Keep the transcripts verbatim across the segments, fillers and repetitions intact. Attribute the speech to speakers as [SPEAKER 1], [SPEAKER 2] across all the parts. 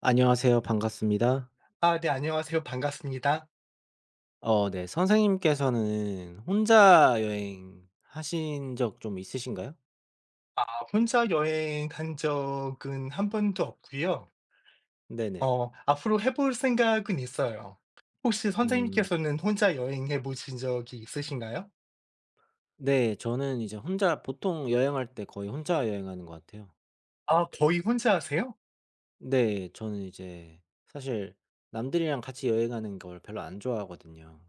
[SPEAKER 1] 안녕하세요. 반갑습니다.
[SPEAKER 2] 아 네 안녕하세요. 반갑습니다.
[SPEAKER 1] 어 네. 선생님께서는 혼자 여행하신 적 좀 있으신가요?
[SPEAKER 2] 아 혼자 여행한 적은 한 번도 없고요.
[SPEAKER 1] 네네.
[SPEAKER 2] 어 앞으로 해볼 생각은 있어요. 혹시
[SPEAKER 1] 음.
[SPEAKER 2] 선생님께서는 혼자 여행해 보신 적이 있으신가요?
[SPEAKER 1] 네. 저는 이제 혼자 보통 여행할 때 거의 혼자 여행하는 것 같아요.
[SPEAKER 2] 아 거의 혼자 하세요?
[SPEAKER 1] 네. 저는 이제 사실 남들이랑 같이 여행하는 걸 별로 안 좋아하거든요.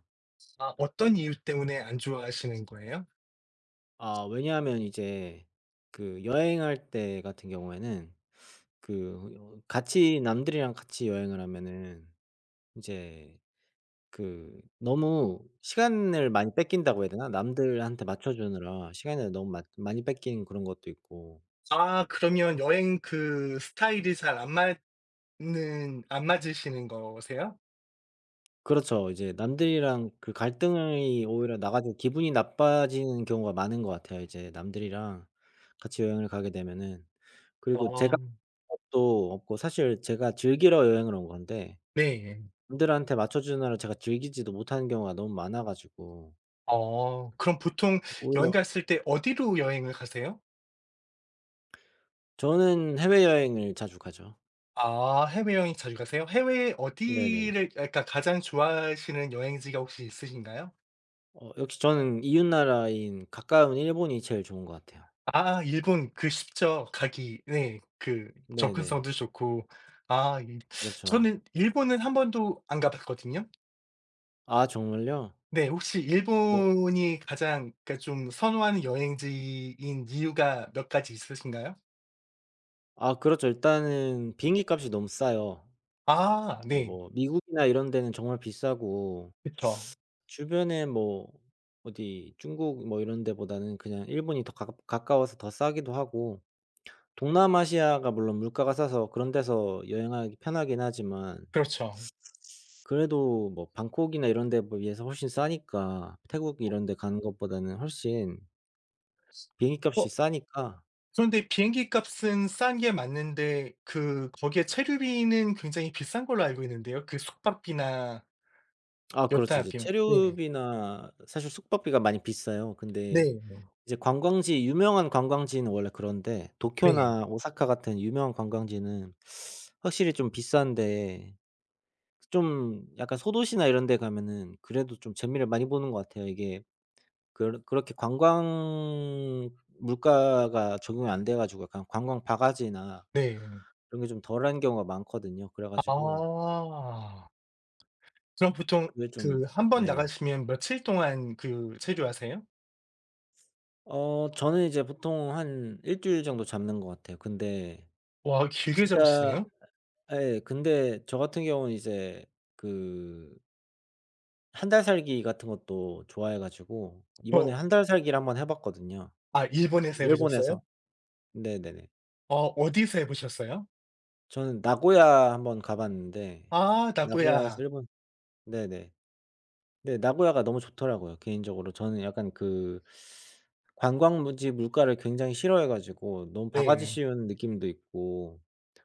[SPEAKER 2] 아 어떤 이유 때문에 안 좋아하시는 거예요?
[SPEAKER 1] 아 왜냐하면 이제 그 여행할 때 같은 경우에는 그 어, 같이 남들이랑 같이 여행을 하면은 이제 그 너무 시간을 많이 뺏긴다고 해야 되나? 남들한테 맞춰주느라 시간을 너무 많 많이 뺏긴 그런 것도 있고
[SPEAKER 2] 아 그러면 여행 그 스타일이 잘 안 맞는 안 맞으시는 거세요?
[SPEAKER 1] 그렇죠. 이제 남들이랑 그 갈등이 오히려 나 가지고 기분이 나빠지는 경우가 많은 것 같아요, 이제 남들이랑 같이 여행을 가게 되면은. 그리고 제가
[SPEAKER 2] 어
[SPEAKER 1] 또 없고 사실 제가 즐기러 여행을 온 건데
[SPEAKER 2] 네.
[SPEAKER 1] 남들한테 맞춰주느라 제가 즐기지도 못하는 경우가 너무 많아 가지고
[SPEAKER 2] 어 그럼 보통 여행
[SPEAKER 1] 오히려
[SPEAKER 2] 갔을 때 어디로 여행을 가세요?
[SPEAKER 1] 저는 해외여행을 자주 가죠.
[SPEAKER 2] 아 해외 여행 자주 가세요? 해외
[SPEAKER 1] 네네네.
[SPEAKER 2] 어디를 그러니까 가장 좋아하시는 여행지가 혹시 있으신가요?
[SPEAKER 1] 어 역시 저는 이웃 나라인 가까운 일본이 제일 좋은 것 같아요.
[SPEAKER 2] 아 일본 그 쉽죠. 가기 네. 그
[SPEAKER 1] 네네.
[SPEAKER 2] 접근성도 좋고. 아 이
[SPEAKER 1] 그렇죠.
[SPEAKER 2] 저는 일본은 한 번도 안 가 봤거든요.
[SPEAKER 1] 아 정말요?
[SPEAKER 2] 네. 혹시
[SPEAKER 1] 뭐
[SPEAKER 2] 일본이 가장 그러니까 좀 선호하는 여행지인 이유가 몇 가지 있으신가요?
[SPEAKER 1] 아 그렇죠. 일단은 비행기 값이 너무 싸요.
[SPEAKER 2] 아 네.
[SPEAKER 1] 뭐 미국이나 이런 데는 정말 비싸고
[SPEAKER 2] 그죠.
[SPEAKER 1] 주변에 뭐 어디 중국 뭐 이런 데보다는 그냥 일본이 더 가깝 가까워서 더 싸기도 하고 동남아시아가 물론 물가가 싸서 그런 데서 여행하기 편하긴 하지만
[SPEAKER 2] 그렇죠.
[SPEAKER 1] 그래도 뭐 방콕이나 이런 데에 비해서 훨씬 싸니까 태국 이런 데 가는 것보다는 훨씬 비행기값이
[SPEAKER 2] 어
[SPEAKER 1] 싸니까.
[SPEAKER 2] 그런데 비행기 값은 싼 게 맞는데 그 거기에 체류비는 굉장히 비싼 걸로 알고 있는데요. 그 숙박비나
[SPEAKER 1] 아 그렇죠.
[SPEAKER 2] 여타
[SPEAKER 1] 이제
[SPEAKER 2] 비용. 네.
[SPEAKER 1] 체류비나 사실 숙박비가 많이 비싸요. 근데
[SPEAKER 2] 네.
[SPEAKER 1] 이제 관광지 유명한 관광지는 원래 그런데
[SPEAKER 2] 네.
[SPEAKER 1] 도쿄나 오사카 같은 유명한 관광지는 확실히 좀 비싼데 좀 약간 소도시나 이런 데 가면은 그래도 좀 재미를 많이 보는 것 같아요. 이게 그렇 그렇게 관광 물가가 적용이 안 돼 가지고 약간 관광 바가지나
[SPEAKER 2] 네.
[SPEAKER 1] 이런 게 좀 덜한 경우가 많거든요. 그래 가지고
[SPEAKER 2] 아. 그럼 보통
[SPEAKER 1] 그게 좀.
[SPEAKER 2] 그 한 번
[SPEAKER 1] 네네.
[SPEAKER 2] 나가시면 며칠 동안 그 체류하세요?
[SPEAKER 1] 어 저는 이제 보통 한 일 주일 정도 잡는 것 같아요. 근데
[SPEAKER 2] 와 길게
[SPEAKER 1] 진짜.
[SPEAKER 2] 잡으시네요.
[SPEAKER 1] 예 근데 저 같은 경우는 이제 그 한 달 살기 같은 것도 좋아해 가지고 이번에
[SPEAKER 2] 어
[SPEAKER 1] 한 달 살기를 한번 해 봤거든요.
[SPEAKER 2] 아 일본에서 해 보셨어요?
[SPEAKER 1] 일본에서. 네네네.
[SPEAKER 2] 어 어디서 해 보셨어요?
[SPEAKER 1] 저는 나고야 한번 가 봤는데
[SPEAKER 2] 아
[SPEAKER 1] 나고야에서
[SPEAKER 2] 나고야.
[SPEAKER 1] 일본. 네네. 네. 나고야가 너무 좋더라고요 개인적으로. 저는 약간 그 관광지 물가를 굉장히 싫어해 가지고 너무 바가지
[SPEAKER 2] 네.
[SPEAKER 1] 씌우는 느낌도 있고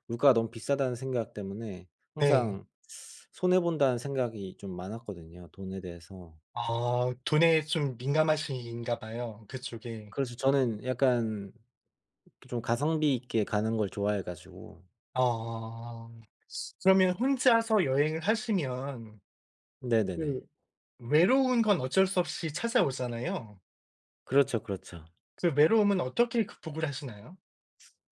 [SPEAKER 1] 물가가 너무 비싸다는 생각 때문에
[SPEAKER 2] 네.
[SPEAKER 1] 항상 '손해 본다.'는 생각이 좀 많았거든요 돈에 대해서.
[SPEAKER 2] 아 돈에 좀 민감하신가 봐요, 그쪽에.
[SPEAKER 1] 그래서 저는 약간 좀 가성비 있게 가는 걸 좋아해 가지고.
[SPEAKER 2] 아. 그러면 혼자서 여행을 하시면
[SPEAKER 1] 네네네.
[SPEAKER 2] 그 외로운 건 어쩔 수 없이 찾아오잖아요.
[SPEAKER 1] 그렇죠, 그렇죠.
[SPEAKER 2] 그 외로움은 어떻게 극복을 하시나요?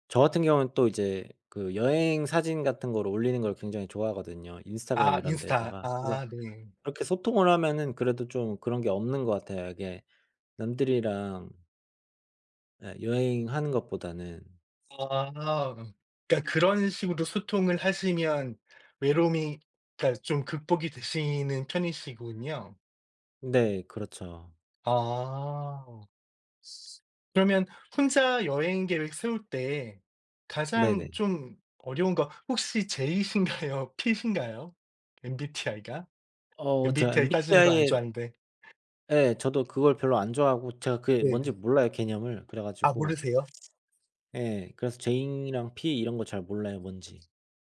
[SPEAKER 1] 저 같은 경우는 또 이제 그 여행 사진 같은 거를 올리는 걸 굉장히 좋아하거든요 인스타그램
[SPEAKER 2] 아
[SPEAKER 1] 이런 데다
[SPEAKER 2] 인스타.
[SPEAKER 1] 가 그래서
[SPEAKER 2] 아 네.
[SPEAKER 1] 그렇게 소통을 하면은 그래도 좀 그런 게 없는 것 같아요. 이게 남들이랑 예 여행하는 것보다는.
[SPEAKER 2] 아. 그러니까 그런 식으로 소통을 하시면 외로움이 그러니까 좀 극복이 되시는 편이시군요.
[SPEAKER 1] 네 그렇죠.
[SPEAKER 2] 아. 그러면 혼자 여행 계획 세울 때
[SPEAKER 1] 네네.
[SPEAKER 2] 가장 좀 어려운 거 혹시 제이이신가요? 피신가요? 엠비티아이가?
[SPEAKER 1] 어 제가
[SPEAKER 2] 엠비티아이 따지는 거 안
[SPEAKER 1] 엠비티아이.
[SPEAKER 2] 좋아하는데.
[SPEAKER 1] 예 저도 그걸 별로 안 좋아하고 제가 그게
[SPEAKER 2] 네.
[SPEAKER 1] 뭔지 몰라요 개념을. 그래
[SPEAKER 2] 아
[SPEAKER 1] 가지고
[SPEAKER 2] 모르세요?
[SPEAKER 1] 예 그래서 J랑 P 이런 거 잘 몰라요 뭔지.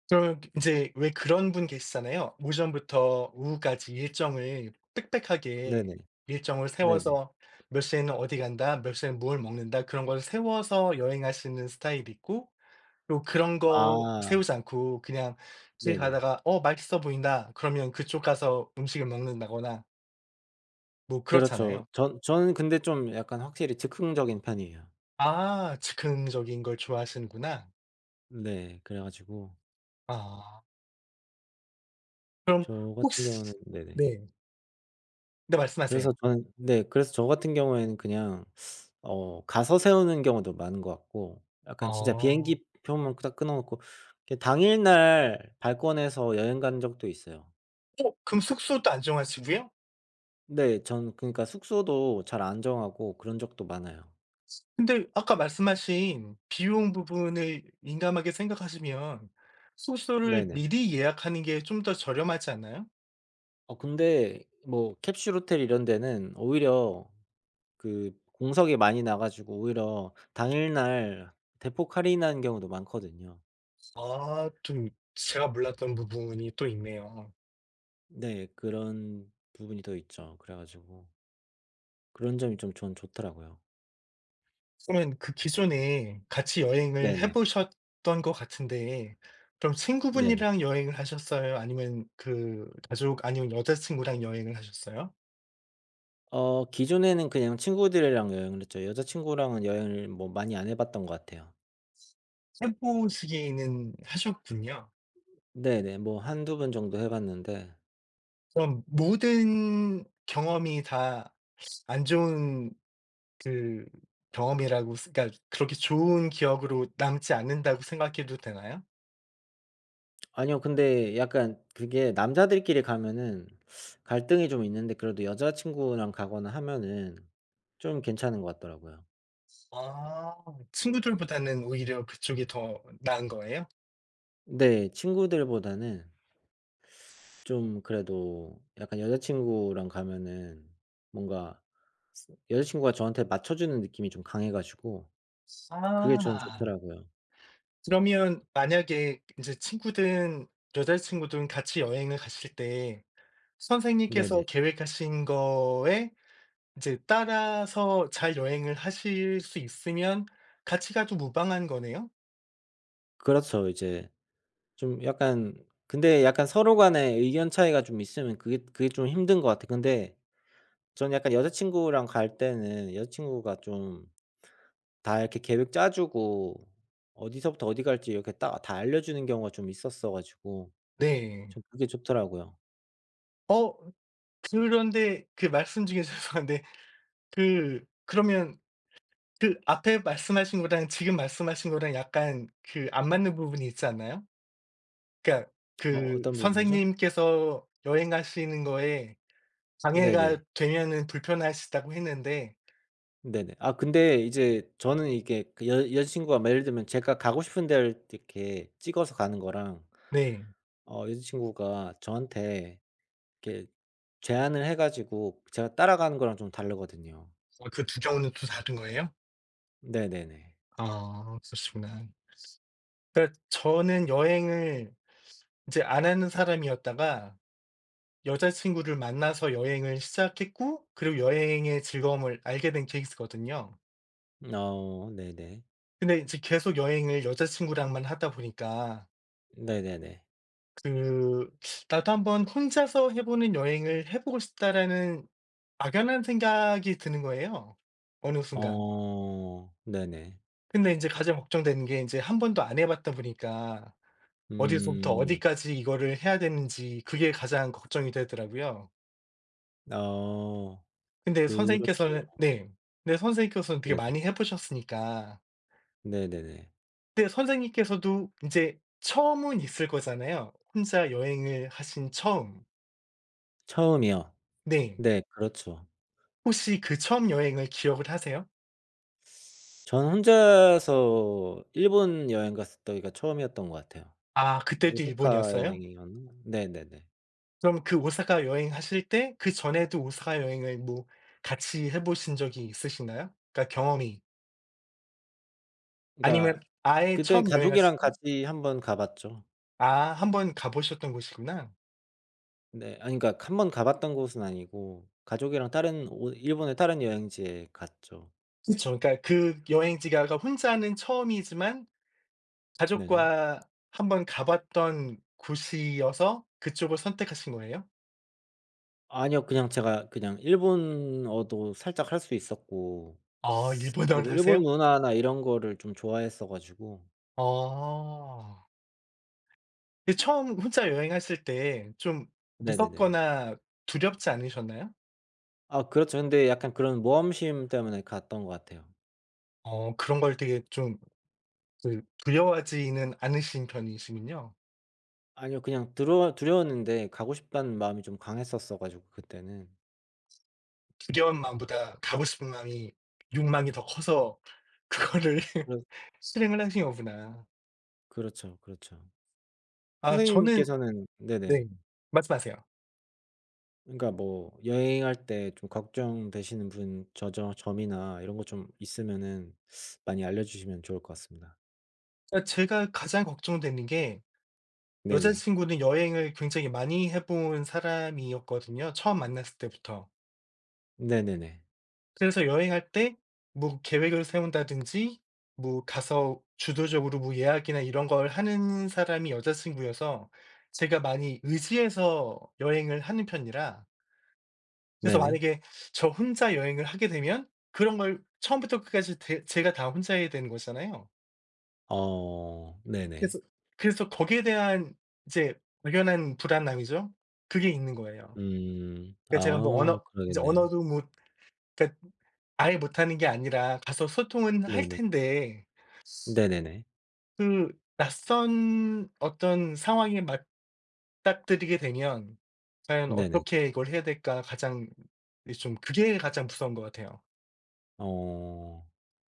[SPEAKER 2] 그럼 인제 왜 그런 분 계시잖아요. 오전부터 오후까지 일정을 빽빽하게
[SPEAKER 1] 네네.
[SPEAKER 2] 일정을
[SPEAKER 1] 네네.
[SPEAKER 2] 세워서 "몇 시에는 어디 간다. 몇 시에는 뭘 먹는다." 그런 걸 세워서 여행하시는 스타일이 있고 그리고 그런 거
[SPEAKER 1] 아
[SPEAKER 2] 세우지 않고 그냥 길
[SPEAKER 1] 네네.
[SPEAKER 2] 가다가 '어 맛있어 보인다.' 그러면 그쪽 가서 음식을 먹는다거나 뭐
[SPEAKER 1] 그렇죠.
[SPEAKER 2] 그렇잖아요.
[SPEAKER 1] 전 저는 근데 좀 약간 확실히 즉흥적인 편이에요.
[SPEAKER 2] 아 즉흥적인 걸 좋아하시는구나.
[SPEAKER 1] 네. 그래 가지고
[SPEAKER 2] 아 그럼
[SPEAKER 1] 저 같은
[SPEAKER 2] 혹시
[SPEAKER 1] 경우는. 네네.
[SPEAKER 2] 네. 네
[SPEAKER 1] 그래서
[SPEAKER 2] 말씀하세요.
[SPEAKER 1] 저는 네 그래서 저 같은 경우에는 그냥 어 가서 세우는 경우도 많은 것 같고
[SPEAKER 2] 아.
[SPEAKER 1] 약간 진짜
[SPEAKER 2] 어
[SPEAKER 1] 비행기 표만 딱 끊어 놓고 그 당일날 발권해서 여행 간 적도 있어요.
[SPEAKER 2] 그럼 숙소도 안 정하시고요?
[SPEAKER 1] 네. 전 그러니까 숙소도 잘 안 정하고 그런 적도 많아요.
[SPEAKER 2] 근데 아까 말씀하신 비용 부분을 민감하게 생각하시면 숙소를
[SPEAKER 1] 네네.
[SPEAKER 2] 미리 예약하는 게 좀 더 저렴하지 않나요?
[SPEAKER 1] 어 근데 뭐 캡슐 호텔 이런 데는 오히려 그 공석이 많이 나 가지고 오히려 당일날 대폭 할인하는 경우도 많거든요.
[SPEAKER 2] 아 좀 제가 몰랐던 부분이 또 있네요.
[SPEAKER 1] 네. 그런 부분이 더 있죠. 그래 가지고 그런 점이 좀 전 좋더라고요.
[SPEAKER 2] 그러면 그 기존에 같이 여행을 해
[SPEAKER 1] 네네.
[SPEAKER 2] 보셨던 것 같은데 그럼
[SPEAKER 1] 네네.
[SPEAKER 2] 친구분이랑 여행을 하셨어요? 아니면 그 가족 아니면 여자친구랑 여행을 하셨어요?
[SPEAKER 1] 어 기존에는 그냥 친구들이랑 여행을 했죠. 여자 친구랑은 여행을 뭐 많이 안 해 봤던 것 같아요.
[SPEAKER 2] 해 보시기는 하셨군요.
[SPEAKER 1] 네네. 뭐 한두 번 정도 해 봤는데.
[SPEAKER 2] 그럼 모든 경험이 다 안 좋은 그 경험이라고 쓰- 그러니까 그렇게 좋은 기억으로 남지 않는다고 생각해도 되나요?
[SPEAKER 1] 아니요. 근데 약간 그게 남자들끼리 가면은 갈등이 좀 있는데 그래도 여자 친구랑 가거나 하면은 좀 괜찮은 것 같더라고요.
[SPEAKER 2] 아 친구들보다는 오히려 그쪽이 더 나은 거예요?
[SPEAKER 1] 네. 친구들보다는 좀 그래도 약간 여자 친구랑 가면은 뭔가 여자 친구가 저한테 맞춰 주는 느낌이 좀 강해 가지고 그게 전
[SPEAKER 2] 아.
[SPEAKER 1] 좋더라고요.
[SPEAKER 2] 그러면 만약에 이제 친구든 여자친구든 같이 여행을 가실 때
[SPEAKER 1] 네네.
[SPEAKER 2] 선생님께서 계획하신 거에 이제 따라서 잘 여행을 하실 수 있으면 같이 가도 무방한 거네요?
[SPEAKER 1] 그렇죠. 이제 좀 약간 근데 약간 서로 간에 의견 차이가 좀 있으면 그게 그게 좀 힘든 것 같아요. 근데 저는 약간 여자친구랑 갈 때는 여자친구가 좀 다 이렇게 계획 짜 주고 어디서부터 어디 갈지 이렇게 딱 다 알려주는 경우가 좀 있었어 가지고
[SPEAKER 2] 네.
[SPEAKER 1] 좀 그게 좋더라고요.
[SPEAKER 2] 어 그런데 그 말씀 중에 죄송한데 그 그러면 그 앞에 말씀하신 거랑 지금 말씀하신 거랑 약간 그 안 맞는 부분이 있지 않나요? 그러니까
[SPEAKER 1] 어
[SPEAKER 2] 그
[SPEAKER 1] 어떤 부분이죠?
[SPEAKER 2] 선생님께서 여행하시는 거에 방해가
[SPEAKER 1] 네네.
[SPEAKER 2] 되면은 불편하시다고 했는데
[SPEAKER 1] 네네. 아 근데 이제 저는 이게 그 여 여자친구가 막 예를 들면 제가 가고 싶은 데를 이렇게 찍어서 가는 거랑
[SPEAKER 2] 네.
[SPEAKER 1] 어 여자친구가 저한테 이렇게 제안을 해 가지고 제가 따라가는 거랑 좀 다르거든요.
[SPEAKER 2] 어 그 두 경우는 또 다른 거예요?
[SPEAKER 1] 네네네.
[SPEAKER 2] 아 그러시구나. 그러니까 저는 여행을 이제 안 하는 사람이었다가 여자친구를 만나서 여행을 시작했고 그리고 여행의 즐거움을 알게 된 케이스거든요.
[SPEAKER 1] 어 네네.
[SPEAKER 2] 근데 이제 계속 여행을 여자친구랑만 하다 보니까
[SPEAKER 1] 네네네.
[SPEAKER 2] 그 '나도 한번 혼자서 해 보는 여행을 해 보고 싶다.'라는 막연한 생각이 드는 거예요 어느 순간.
[SPEAKER 1] 어 네네.
[SPEAKER 2] 근데 인제 가장 걱정되는 게 인제 한 번도 안 해 봤다 보니까 어디서부터
[SPEAKER 1] 음.
[SPEAKER 2] 어디까지 이거를 해야 되는지 그게 가장 걱정이 되더라고요.
[SPEAKER 1] 어
[SPEAKER 2] 근데
[SPEAKER 1] 그렇죠.
[SPEAKER 2] 선생님께서는 네. 근데 선생님께서는 되게
[SPEAKER 1] 네네.
[SPEAKER 2] 많이 해 보셨으니까
[SPEAKER 1] 네네네.
[SPEAKER 2] 근데 선생님께서도 인제 처음은 있을 거잖아요. 혼자 여행을 하신 처음.
[SPEAKER 1] 처음이요.
[SPEAKER 2] 네.
[SPEAKER 1] 네 그렇죠.
[SPEAKER 2] 혹시 그 처음 여행을 기억을 하세요?
[SPEAKER 1] 저는 혼자서 일본 여행 갔을 때가 처음이었던 것 같아요.
[SPEAKER 2] 아 그때도
[SPEAKER 1] 오사카
[SPEAKER 2] 일본이었어요?
[SPEAKER 1] 여행이었나? 네네네.
[SPEAKER 2] 그럼 그 오사카 여행하실 때 그전에도 오사카 여행을 뭐 같이 해 보신 적이 있으시나요? 그러니까 경험이. 아니면
[SPEAKER 1] 그러니까
[SPEAKER 2] 아예
[SPEAKER 1] 그땐
[SPEAKER 2] 처음
[SPEAKER 1] 가족이랑
[SPEAKER 2] 여행하실 때
[SPEAKER 1] 같이 한번 가 봤죠.
[SPEAKER 2] 아 한 번 가 보셨던 곳이구나.
[SPEAKER 1] 네. 아니 그러니까 한번 가 봤던 곳은 아니고 가족이랑 다른 오 일본의 다른 여행지에 갔죠.
[SPEAKER 2] 그쵸. 그러니까 그 여행지가 혼자는 처음이지만
[SPEAKER 1] 네네.
[SPEAKER 2] 가족과 한번 가 봤던 곳이어서 그쪽을 선택하신 거예요?
[SPEAKER 1] 아니요. 그냥 제가 그냥 일본어도 살짝 할 수 있었고
[SPEAKER 2] 아 일본어를
[SPEAKER 1] 그리고 일본
[SPEAKER 2] 하세요?
[SPEAKER 1] 문화나 이런 거를 좀 좋아했어 가지고.
[SPEAKER 2] 아. 근데 처음 혼자 여행하실 때 좀
[SPEAKER 1] 네네네.
[SPEAKER 2] 무섭거나 두렵지 않으셨나요?
[SPEAKER 1] 아 그렇죠. 근데 약간 그런 모험심 때문에 갔던 것 같아요.
[SPEAKER 2] 어 그런 걸 되게 좀 그 두려워하지는 않으신 편이시군요.
[SPEAKER 1] 아니요. 그냥 두려 두려웠는데 가고 싶다는 마음이 좀 강했었어 가지고 그때는.
[SPEAKER 2] 두려운 마음보다 가고 싶은 마음이 욕망이 더 커서 그거를
[SPEAKER 1] 그렇
[SPEAKER 2] 실행을 하신 거구나.
[SPEAKER 1] 그렇죠, 그렇죠.
[SPEAKER 2] 아 저는
[SPEAKER 1] 선생님께서는
[SPEAKER 2] 네.
[SPEAKER 1] 네네.
[SPEAKER 2] 말씀하세요.
[SPEAKER 1] 그러니까 뭐 여행할 때 좀 걱정되시는 분 저저 점이나 이런 거 좀 있으면은 많이 알려주시면 좋을 것 같습니다.
[SPEAKER 2] 아 제가 가장 걱정되는 게 여자
[SPEAKER 1] 네네.
[SPEAKER 2] 친구는 여행을 굉장히 많이 해본 사람이었거든요, 처음 만났을 때부터.
[SPEAKER 1] 네네네.
[SPEAKER 2] 그래서 여행할 때 뭐 계획을 세운다든지 뭐 가서 주도적으로 뭐 예약이나 이런 걸 하는 사람이 여자 친구여서 제가 많이 의지해서 여행을 하는 편이라 그래서
[SPEAKER 1] 네네.
[SPEAKER 2] 만약에 저 혼자 여행을 하게 되면 그런 걸 처음부터 끝까지 대 제가 다 혼자 해야 되는 거잖아요.
[SPEAKER 1] 어 네네.
[SPEAKER 2] 그래서 그래서 거기에 대한 이제 막연한 불안함이죠. 그게 있는 거예요.
[SPEAKER 1] 음.
[SPEAKER 2] 그러니까
[SPEAKER 1] 아
[SPEAKER 2] 제가 뭐 언어 이제
[SPEAKER 1] 그러겠네요.
[SPEAKER 2] 언어도 못 그러니까 아예 못하는 게 아니라 가서 소통은 할
[SPEAKER 1] 네네.
[SPEAKER 2] 텐데
[SPEAKER 1] 네네네.
[SPEAKER 2] 그 낯선 어떤 상황에 맞닥뜨리게 되면 '과연
[SPEAKER 1] 네네.
[SPEAKER 2] 어떻게 이걸 해야 될까?' 가장 이 좀 그게 가장 무서운 것 같아요.
[SPEAKER 1] 어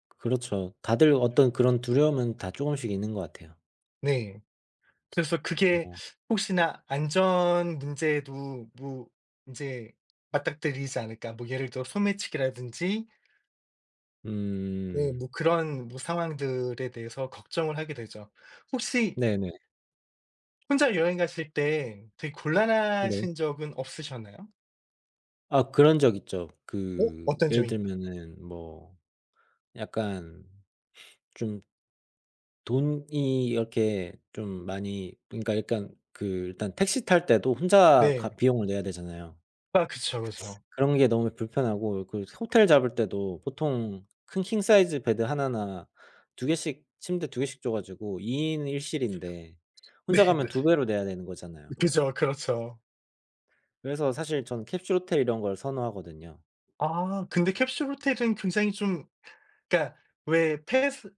[SPEAKER 1] 그렇죠. 다들 어떤 그런 두려움은 다 쪼금씩 있는 것 같아요.
[SPEAKER 2] 네. 그래서 그게
[SPEAKER 1] 어.
[SPEAKER 2] 혹시나 안전 문제에도 뭐 이제 맞닥뜨리지 않을까. 뭐 예를 들어 소매치기라든지 네
[SPEAKER 1] 음.
[SPEAKER 2] 뭐 그런 뭐 상황들에 대해서 걱정을 하게 되죠. 혹시
[SPEAKER 1] 네네.
[SPEAKER 2] 혼자 여행 가실 때 되게
[SPEAKER 1] 네.
[SPEAKER 2] 곤란하신 적은 없으셨나요?
[SPEAKER 1] 아 그런 적 있죠.
[SPEAKER 2] 어
[SPEAKER 1] 그
[SPEAKER 2] 어떤
[SPEAKER 1] 예를
[SPEAKER 2] 점인가
[SPEAKER 1] 들면은 뭐 약간 좀 돈이 이렇게 좀 많이, 그러니까 약간 그 일단 택시 탈 때도 혼자 가
[SPEAKER 2] 네.
[SPEAKER 1] 비용을 내야 되잖아요.
[SPEAKER 2] 아 그쵸, 그쵸.
[SPEAKER 1] 그런 게 너무 불편하고 그 호텔 잡을 때도 보통 큰 킹 사이즈 베드 하나나 두 개씩 침대 두 개씩 줘 가지고 이 인 일 실인데
[SPEAKER 2] 네.
[SPEAKER 1] 혼자 가면
[SPEAKER 2] 네.
[SPEAKER 1] 두 배로 내야 되는 거잖아요.
[SPEAKER 2] 그죠. 그렇죠.
[SPEAKER 1] 그래서 사실 저는 캡슐 호텔 이런 걸 선호하거든요.
[SPEAKER 2] 아 근데 캡슐 호텔은 굉장히 좀 그러니까 왜 폐소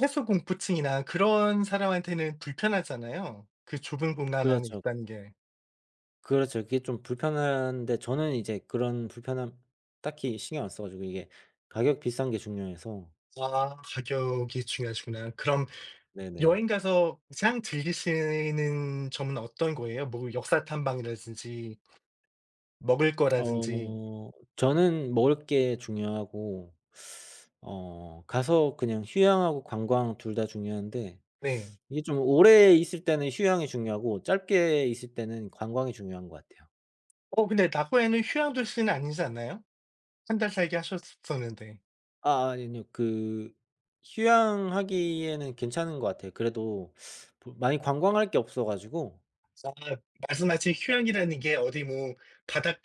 [SPEAKER 2] 폐소공포증이나 그런 사람한테는 불편하잖아요, 그 좁은 공간 안에
[SPEAKER 1] 그렇죠.
[SPEAKER 2] 있다는 게.
[SPEAKER 1] 그렇죠. 이게 좀 불편한데 저는 이제 그런 불편함 딱히 신경 안 써 가지고 이게 가격 비싼 게 중요해서.
[SPEAKER 2] 아 가격이 중요하시구나. 그럼
[SPEAKER 1] 네네.
[SPEAKER 2] 여행 가서 가장 즐기시는 점은 어떤 거예요? 뭐 역사 탐방이라든지 먹을 거라든지.
[SPEAKER 1] 어 저는 먹을 게 중요하고 어 가서 그냥 휴양하고 관광 둘 다 중요한데
[SPEAKER 2] 네.
[SPEAKER 1] 이게 좀 오래 있을 때는 휴양이 중요하고 짧게 있을 때는 관광이 중요한 것 같아요.
[SPEAKER 2] 어 근데 나고야는 휴양 도시는 아니지 않나요? 한 달 살기 하셨었는데.
[SPEAKER 1] 아 아니요. 그 휴양하기에는 괜찮은 것 같아요. 그래도 보 많이 관광할 게 없어 가지고.
[SPEAKER 2] 아 말씀하신 휴양이라는 게 어디 뭐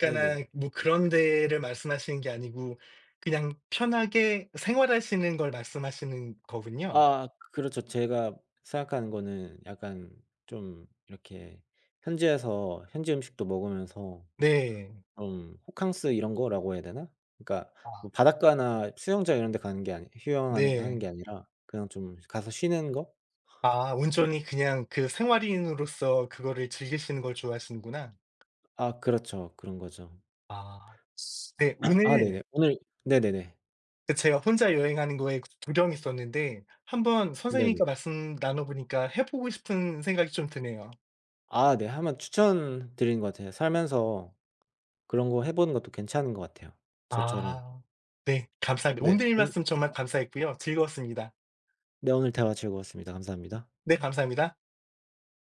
[SPEAKER 1] 네네.
[SPEAKER 2] 뭐 그런 데를 말씀하시는 게 아니고 그냥 편하게 생활하시는 걸 말씀하시는 거군요.
[SPEAKER 1] 아 그렇죠. 제가 생각하는 거는 약간 좀 이렇게 현지에서 현지 음식도 먹으면서
[SPEAKER 2] 네.
[SPEAKER 1] 좀 호캉스 이런 거라고 해야 되나? 그러니까
[SPEAKER 2] 아
[SPEAKER 1] 뭐 바닷가나 수영장 이런 데 가는 게 아니 휴양하는 하는
[SPEAKER 2] 네.
[SPEAKER 1] 게 아니라 그냥 좀 가서 쉬는 거?
[SPEAKER 2] 아 온전히 그냥 그 생활인으로서 그거를 즐기시는 걸 좋아하시는구나.
[SPEAKER 1] 아 그렇죠. 그런 거죠.
[SPEAKER 2] 아. 네
[SPEAKER 1] 아 네네.
[SPEAKER 2] 오늘
[SPEAKER 1] 오늘 네네네.
[SPEAKER 2] 그 제가 혼자 여행하는 거에 두려움이 있었는데 한번
[SPEAKER 1] 네네.
[SPEAKER 2] 선생님과 말씀 나눠 보니까 해 보고 싶은 생각이 좀 드네요.
[SPEAKER 1] 아 네. 한번 추천드리는 것 같아요. 살면서 그런 거 해 보는 것도 괜찮은 것 같아요, 저처럼.
[SPEAKER 2] 아. 네. 감사합니다.
[SPEAKER 1] 네.
[SPEAKER 2] 오늘
[SPEAKER 1] 온
[SPEAKER 2] 말씀 정말 감사했고요. 즐거웠습니다.
[SPEAKER 1] 네 오늘 대화 즐거웠습니다. 감사합니다.
[SPEAKER 2] 네 감사합니다.